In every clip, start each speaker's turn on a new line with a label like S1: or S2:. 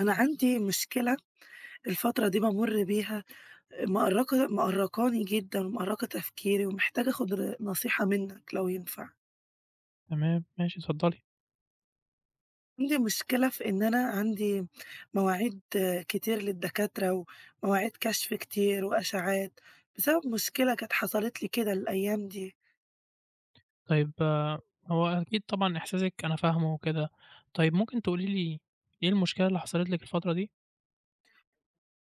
S1: أنا عندي مشكلة الفترة دي بامُر بيها مأرّقة مأرّقاني جدًا ومأرّقة تفكيري ومحتاجة آخُد نصيحة منّك لو ينفع.
S2: تمام، ماشي اتفضلي.
S1: عندي مشكلة في إن أنا عندي مواعيد كتير للدكاترة ومواعيد كشف كتير وأشعّات بسبب مشكلة كانت حصلت لي كده الأيام دي.
S2: طيب هو أكيد طبعًا إحساسِك أنا فاهمه وكده. طيب ممكن تقولي لي إيه المشكلة اللي حصلت لِك الفترة دي؟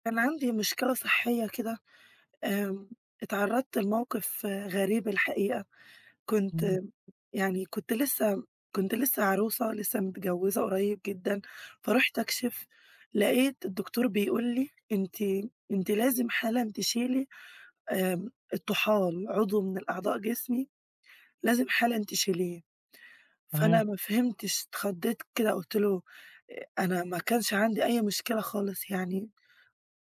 S1: كان عندي مشكلة صحّية كده، آمم اتعرّضت لموقف غريب الحقيقة.
S2: إمم،
S1: كنت يعني كنت لسه عروسة، لسه متجوّزة قريب جدًا، فرُحت أكشف، لقيت الدكتور بيقول لي: "أنتِ لازم حالًا تشيلي الطحال، عضو من الأعضاء جسمي لازم حالًا تشيليه." فأنا
S2: تمام،
S1: ما فهمتش، اتخضيت كده قُلت له: "أنا ما كانش عندي أي مشكلة خالص يعني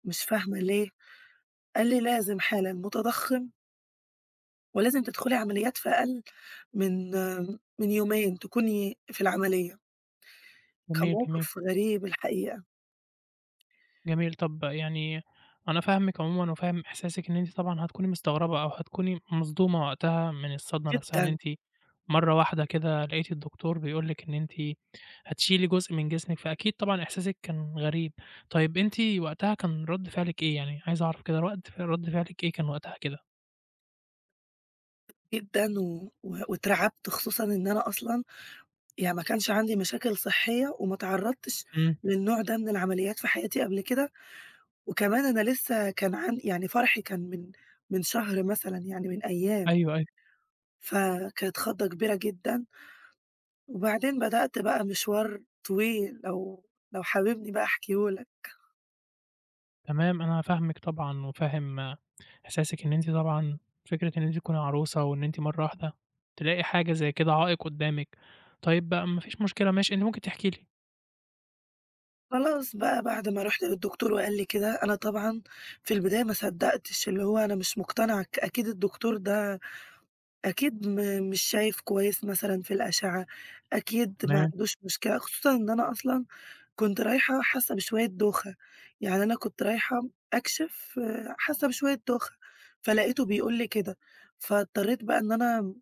S1: مش فاهمة ليه؟" قال لي: "لازم حالًا، متضخّم ولازم تدخلي عمليات في أقل من من يومين تكوني في العملية، كان
S2: جميل، جميل،
S1: موقف غريب الحقيقة
S2: جميل. طب يعني أنا فاهمِك عمومًا وفاهم إحساسِك إن أنتِ طبعًا هتكوني مستغربة أو هتكوني مصدومة وقتها من الصدمة نفسها، إن
S1: جدًا،
S2: أنتِ مرة واحدة كده لقيتِ الدكتور بيقول لِك إن أنتِ هتشيلي جزء من جسمِك، فأكيد طبعًا إحساسِك كان غريب. طيب أنتِ وقتها كان رَد فعلِك إيه؟ يعني عايز أعرف كده رد ف رَد فعلِك إيه كان وقتها كده؟
S1: جدًا و و واترعبت خصوصًا إن أنا أصلًا يعني ما كانش عندي مشاكل صحية وما اتعرضتش
S2: إمم.
S1: للنوع ده من العمليات في حياتي قبل كده، وكمان أنا لسه كان عن يعني فرحي كان من شهر مثلًا يعني من أيام،
S2: أيوه، أيوه،
S1: فكانت خضة كبيرة جدًا، وبعدين بدأت بقى مشوار طويل لو حاببني بقى أحكيه لك.
S2: تمام، أنا فاهمِك طبعًا وفاهم إحساسِك إن أنتِ طبعًا فكرة إن أنتِ تكوني عروسة وإن أنتِ مرّة واحدة تلاقي حاجة زي كده عائق قدّامِك، طيب بقى ما فيش مشكلة ماشي، أنتِ ممكن تحكي لي.
S1: خلاص بقى بعد ما رُحت للدكتور وقال لي كده، أنا طبعًا في البداية ما صدّقتش، اللي هو أنا مش مقتنعة أكيد الدكتور ده أكيد مش شايف كويس مثلًا في الأشعة، أكيد ما
S2: تمام،
S1: عندوش مشكلة، خصوصًا إن أنا أصلًا كنت رايحة حاسة بشوية دوخة، يعني أنا كنت رايحة أكشف حاسة بشوية دوخة، فلقيته بيقول لي كده، فاضطريت بقى إن أنا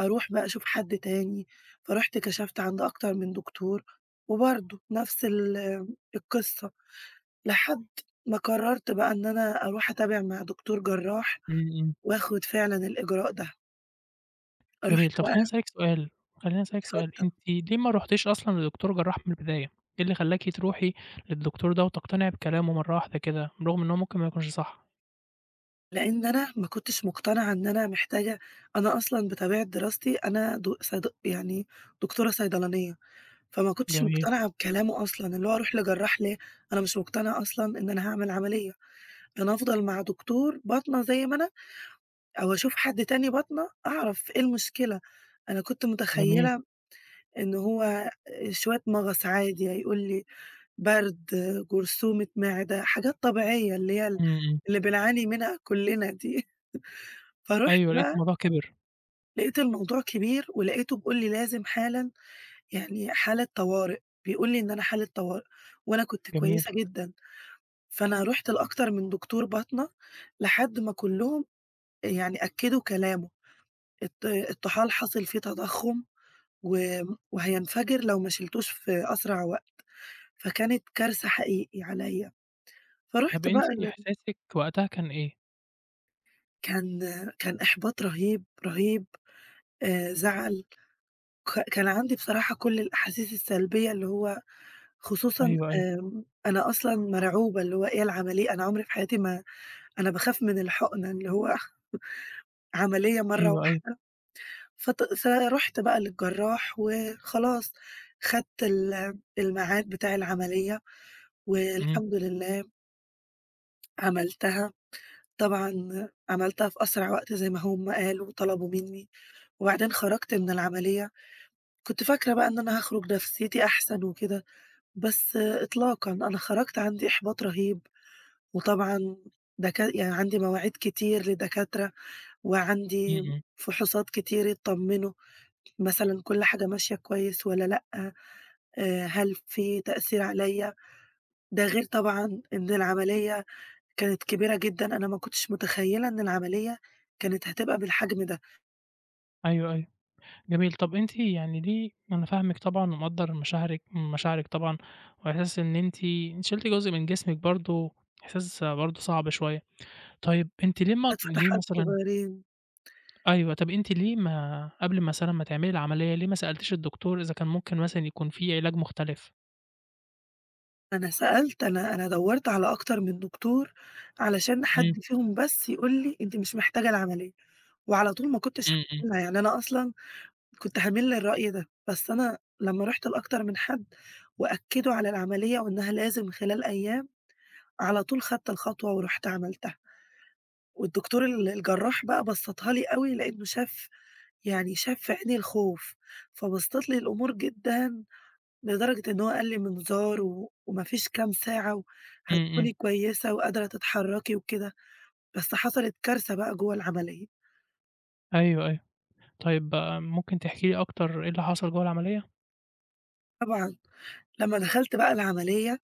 S1: أروح بقى أشوف حد تاني، فرُحت كشفت عند أكتر من دكتور، وبرضه نفس القصة، لحد ما قررت بقى إن أنا أروح أتابع مع دكتور جراح،
S2: إمم، إمم،
S1: وآخد فعلًا الإجراء ده. رُحت
S2: جميل. طب خلّيني
S1: بقى
S2: أسألِك سؤال، خلّيني أسألِك سؤال،
S1: اتفضل.
S2: أنتِ ليه ما رُحتيش أصلًا لدكتور جراح من البداية؟ إيه اللي خلّاكِ تروحي للدكتور ده وتقتنعي بكلامه مرّة واحدة كده، برغم إن هو ممكن ما يكونش صح؟
S1: لإن أنا ما كنتش مقتنعة إن أنا محتاجة أنا أصلًا بطبيعة دراستي أنا د صيد يعني دكتورة صيدلانية، فما كنتش
S2: جميل،
S1: مقتنعة بكلامه أصلًا، اللي هو أروح لجراح ليه؟ أنا مش مقتنعة أصلًا إن أنا هاعمل عملية، أنا أفضل مع دكتور باطنة زي ما أنا أو أشوف حد تاني بطنه أعرف إيه المشكلة، أنا كنت
S2: جميل،
S1: متخيلة إن هو شوية مغص عادي، هيقول لي برد، جرثومة معدة، حاجات طبيعية اللي هي ال
S2: إمم، إمم،
S1: اللي بنعاني منها كلنا دي. فرُحت
S2: أيوه، لقيتِ
S1: بقى
S2: الموضوع كبر.
S1: لقيت الموضوع كبير، ولقيته بيقول لي لازم حالًا يعني حالة طوارئ، بيقول لي إن أنا حالة طوارئ، وأنا كنت
S2: جميل.
S1: كويسة جدًا، فأنا رُحت لأكتر من دكتور باطنة لحد ما كلّهم يعني أكدوا كلامه، الطحال حصل فيه تضخم وهينفجر لو ما شيلتوش في أسرع وقت، فكانت كارثة حقيقي عليّا،
S2: طب
S1: فرُحت بقى
S2: أنتِ إحساسِك وقتها كان إيه؟
S1: كان كان إحباط رهيب، رهيب، زعل، كان عندي بصراحة كل الأحاسيس السلبية اللي هو خصوصًا
S2: أيوه، أيوه.
S1: أنا أصلًا مرعوبة اللي هو إيه العملية، أنا عمري في حياتي ما أنا باخاف من الحقنة اللي هو عملية مرّة
S2: أيوه، أيوه.
S1: واحدة، فرُحت بقى للجراح وخلاص خدت الميعاد بتاع العملية
S2: إمم،
S1: والحمد لله عملتها، طبعًا عملتها في أسرع وقت زي ما هُم قالوا وطلبوا منّي، وبعدين خرجت من العملية، كنت فاكرة بقى إن أنا هاخرج نفسيتي أحسن وكده، بس إطلاقًا، أنا خرجت عندي إحباط رهيب، وطبعًا يعني عندي مواعيد كتير لدكاترة،
S2: إمم،
S1: وعندي
S2: إمم.
S1: فحوصات كتير يطمنوا مثلًا كل حاجة ماشية كويس والّا لأ، هل في تأثير عليَّ؟ ده غير طبعًا إن العملية كانت كبيرة جدًا، أنا ما كنتش متخيلة إن العملية كانت هتبقى بالحجم ده،
S2: أيوه، أيوه. جميل. طَب أنتِ يعني ليه، أنا فاهمِك طبعًا ومقدّر مشاعرِك، مشاعرِك طبعًا وإحساس إن أنتِ أنتِ شِلتِ جزء من جسمِك برضه، إحساس برضه صعب شوية. طيب أنتِ ليه ما
S1: ولاد
S2: ليه
S1: فتحات
S2: مثلًا.
S1: صغيرين.
S2: أيوه، طَب أنتِ ليه ما قبل مثلًا ما تعملي العملية، ليه ما سألتيش الدكتور إذا كان ممكن مثلًا يكون في علاج مختلف؟
S1: أنا سألت أنا أنا دوّرت على أكتر من دكتور علشان
S2: إمم،
S1: حد فيهم بس يقول لي أنتِ مش محتاجة العملية، وعلى طول ما كنتش
S2: إمم، إمم،
S1: هاعملها، يعني أنا أصلًا كنت هاميل للرأي ده، بس أنا لمّا رُحت لأكتر من حد وأكدوا على العملية وإنها لازم خلال أيام، على طول خدت الخطوة ورُحت عملتها، والدكتور الجراح بقى بسّطها لي أوي لإنه شاف في عيني الخوف، فبسّط لي الأمور جدًا لدرجة إن هو قال لي منظار وما فيش كام ساعة
S2: إمم، إمم.
S1: وهتكوني كويسة وقادرة تتحرّكي وكده، بس حصلت كارثة بقى جوّه العملية.
S2: أيوه، أيوه. طيب ممكن تحكي لي أكتر إيه اللي حصل جوّه العملية؟
S1: طبعًا لمّا دخلت بقى العملية،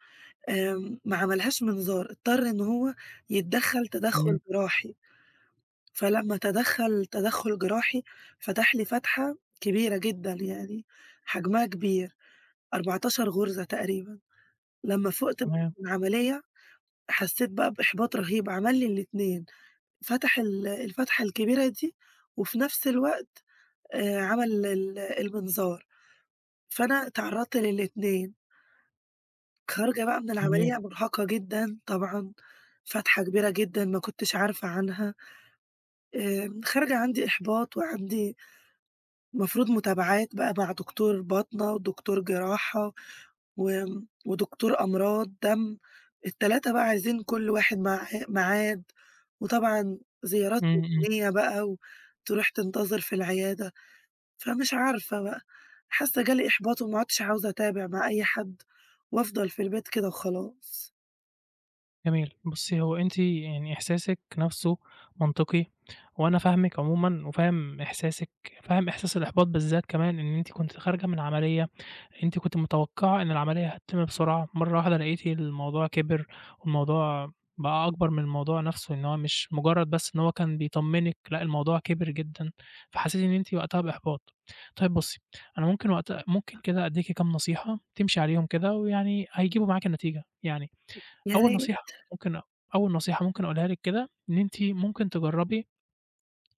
S1: ما عملهاش منظار، اضطر إن هو يتدخّل تدخُّل
S2: إمم،
S1: جراحي، فلمّا تدخّل تدخُّل جراحي فتح لي فتحة كبيرة جدًا يعني حجمها كبير، 14 غُرزة تقريبًا. لمّا فُقت من
S2: تمام،
S1: العملية حسيت بقى بإحباط رهيب، عمل لي الاتنين، فتح الفتحة الكبيرة دي، وفي نفس الوقت عمل المنظار، فأنا اتعرضت للاتنين، خارجة بقى من
S2: جميل.
S1: العملية مرهقة جدًا طبعًا، فتحة كبيرة جدًا ما كنتش عارفة عنها، خارجة عندي إحباط وعندي المفروض متابعات بقى مع دكتور باطنة ودكتور جراحة. ودكتور أمراض دم، ال3 بقى عايزين كل واحد معاه ميعاد، وطبعًا زيارات
S2: إمم، إمم.
S1: روتينية بقى، وتروح تنتظر في العيادة، فمش عارفة بقى، حاسة جالي إحباط وما عدتش عاوزة أتابع مع أي حد، وأفضل في البيت كده وخلاص.
S2: جميل. بُصّي، هو أنتِ يعني إحساسِك نَفْسه منطقي وأنا فاهمِك عمومًا وفاهم إحساسِك، فاهم إحساس الإحباط بالذات كمان، إن أنتِ كنتِ خارجة من عملية، أنتِ كنتِ متوقّعة إن العملية هتتم بسرعة، مرّة واحدة لقيتِ الموضوع كِبِر والموضوع بقى أكبر من الموضوع نَفْسه، إن هو مش مُجرّد بس إن هو كان بيطمّنِك، لأ الموضوع كِبِر جدًا، فحسيتِ إن أنتِ وقتها بإحباط. طيب بُصّي، أنا ممكن وقتها ممكن كده أدّيكِ كام نصيحة تمشي عليهم كده ويعني هيجيبوا معاكِ النتيجة. يعني أول
S1: يعني
S2: نصيحة ممكن أول نصيحة ممكن أقولها لِك كده، إن أنتِ ممكن تجرّبي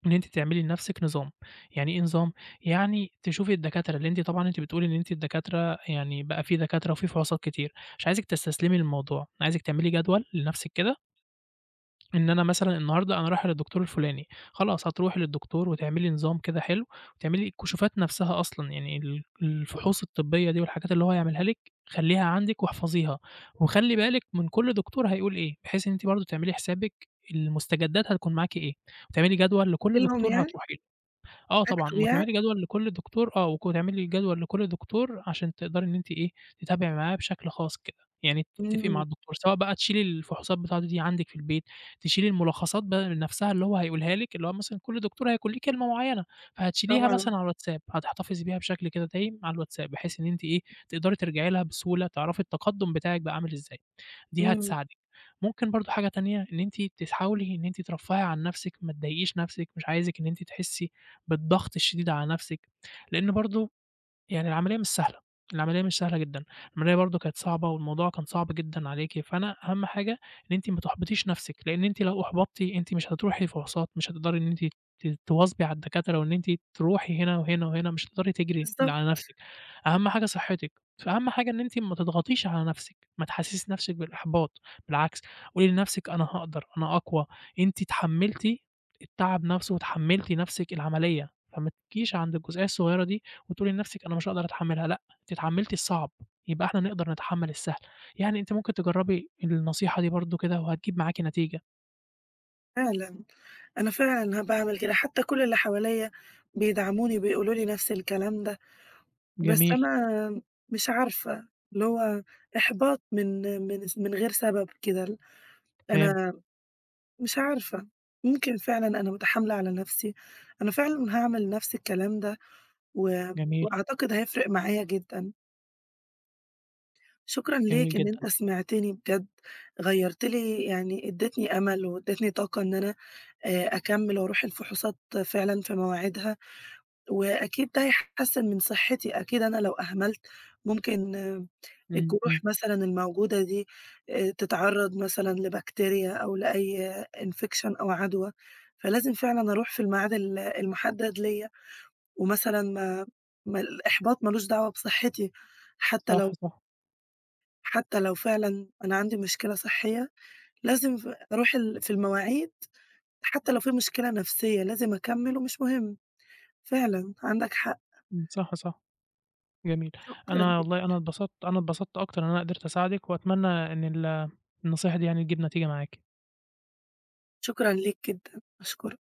S2: إن أنتِ تعملي لنفسِك نظام. يعني إيه نظام؟ يعني تشوفي الدكاترة اللي أنتِ طبعًا، أنتِ بتقولي إن أنتِ الدكاترة يعني بقى في دكاترة وفي فحوصات كتير، مش عايزِك تستسلمي للموضوع، أنا عايزِك تعملي جدول لنفسِك كده، إن أنا مثلًا النهارده أنا رايحة للدكتور الفلاني، خلاص هتروحي للدكتور وتعملي نظام كده حلو، وتعملي الكشوفات نفسها أصلًا، يعني الفحوص الطبية دي والحاجات اللي هو هيعملها لِك خلّيها عندِك واحفظيها، وخلّي بالِك من كل دكتور هيقول إيه، بحيث إن أنتِ برضه تعملي حسابِك المستجدات هتكون معاكِ إيه، وتعملي جدول لكل
S1: أحكي لهم
S2: دكتور
S1: يعني؟
S2: هتروحي. آه
S1: أكتب
S2: طبعًا،
S1: يعني؟
S2: وتعملي جدول لكل دكتور آه، وك وتعملي جدول لكل دكتور عشان تقدري إن أنتِ إيه، تتابعي معاه بشكل خاص كده، يعني تتفقي مع
S1: إمم،
S2: الدكتور سواء بقى تشيلي الفحوصات بتاعته دي عندِك في البيت، تشيلي الملخصات بقى نفسها اللي هو هيقولها لِك، اللي هو مثلًا كل دكتور هيكون ليه كلمة معيّنة، فهتشيليها
S1: طبعًا،
S2: مثلًا على الواتساب، هتحتفظي بيها بشكل كده دايم على الواتساب، بحيث إن أنتِ إيه، تقدري ترجعي لها بسهولة، تعرفي التقدُّم بتاعِك بقى عامل إزاي. دي
S1: إمم،
S2: هتساعدِك. ممكن برضه حاجة تانية، إن أنتِ تحاولي إن أنتِ ترفّهي عن نَفْسِك، ما تضايقيش نَفْسِك، مش عايزِك إن أنتِ تحسّي بالضغط الشديد على نَفْسِك، لإن برضه يعني العملية مش سهلة، العملية مش سهلة جدًا، العملية برضه كانت صعبة والموضوع كان صعب جدًا عليكِ، فأنا أهم حاجة إن أنتِ ما تحبطيش نفسِك، لإن أنتِ لو أُحبطتِ أنتِ مش هتروحي فحوصات، مش هتقدري إن أنتِ تواظبي على الدكاترة وإن أنتِ تروحي هنا وهنا وهنا، مش هتقدري تجري
S1: بالضبط
S2: على نفسِك، أهم حاجة صحتِك، فأهم حاجة إن أنتِ ما تضغطيش على نفسِك، ما تحسسيش نفسِك بالإحباط، بالعكس قولي لنفسِك أنا هاقدر، أنا أقوى، أنتِ اتحملتِ التعب نفسه واتحملتِ نفسِك العملية، فما تبكيش عند الجزئية الصغيرة دي وتقولي لنفسِك أنا مش هاقدر أتحمّلها، لأ، أنتِ اتحمّلتِ الصعب، يبقى إحنا نقدر نتحمّل السهل. يعني أنتِ ممكن تجرّبي النصيحة دي برضه كده وهتجيب معاكِ نتيجة.
S1: فعلًا، أنا فعلًا باعمل كده، حتى كل اللي حواليّا بيدعموني وبيقولوا لي نفس الكلام ده. بس
S2: جميل،
S1: أنا مش عارفة، اللي هو إحباط من غير سبب كده
S2: تمام،
S1: أنا مش عارفة، ممكن فعلًا أنا متحاملة على نفسي، أنا فعلًا هاعمل نفس الكلام ده، و
S2: جميل،
S1: وأعتقد هيفرق معايا جدًا، شكرًا
S2: جميل
S1: ليك إن أنت
S2: جدًا.
S1: سمعتني بجد، غيّرت لي يعني ادّيتني أمل وادّيتني طاقة إن أنا أكمّل وأروح الفحوصات فعلًا في مواعيدها. وأكيد ده هيحسّن من صحّتي، أكيد أنا لو أهملت ممكن
S2: إمم،
S1: الجروح
S2: إمم.
S1: مثلًا الموجودة دي تتعرّض مثلًا لبكتيريا أو لأي infection أو عدوى، فلازم فعلًا أروح في الميعاد المُحدّد ليّا، ومثلًا ما ما الإحباط ما لوش دعوة بصحّتي، حتّى
S2: صح،
S1: لو
S2: صح.
S1: حتّى لو فعلًا أنا عندي مشكلة صحّية، لازم أروح في المواعيد، حتّى لو في مشكلة نفسية لازم أكمّل ومش مهم، فعلًا عندك حق،
S2: إمم، صح، صح، جميل.
S1: شكرًا
S2: أنا
S1: ليك.
S2: والله أنا اتبسطت أكتر إن أنا قدرت أساعدِك، وأتمنى إن النصيحة دي يعني تجيب نتيجة معاكِ.
S1: شكرًا ليك جدًا، أشكرك.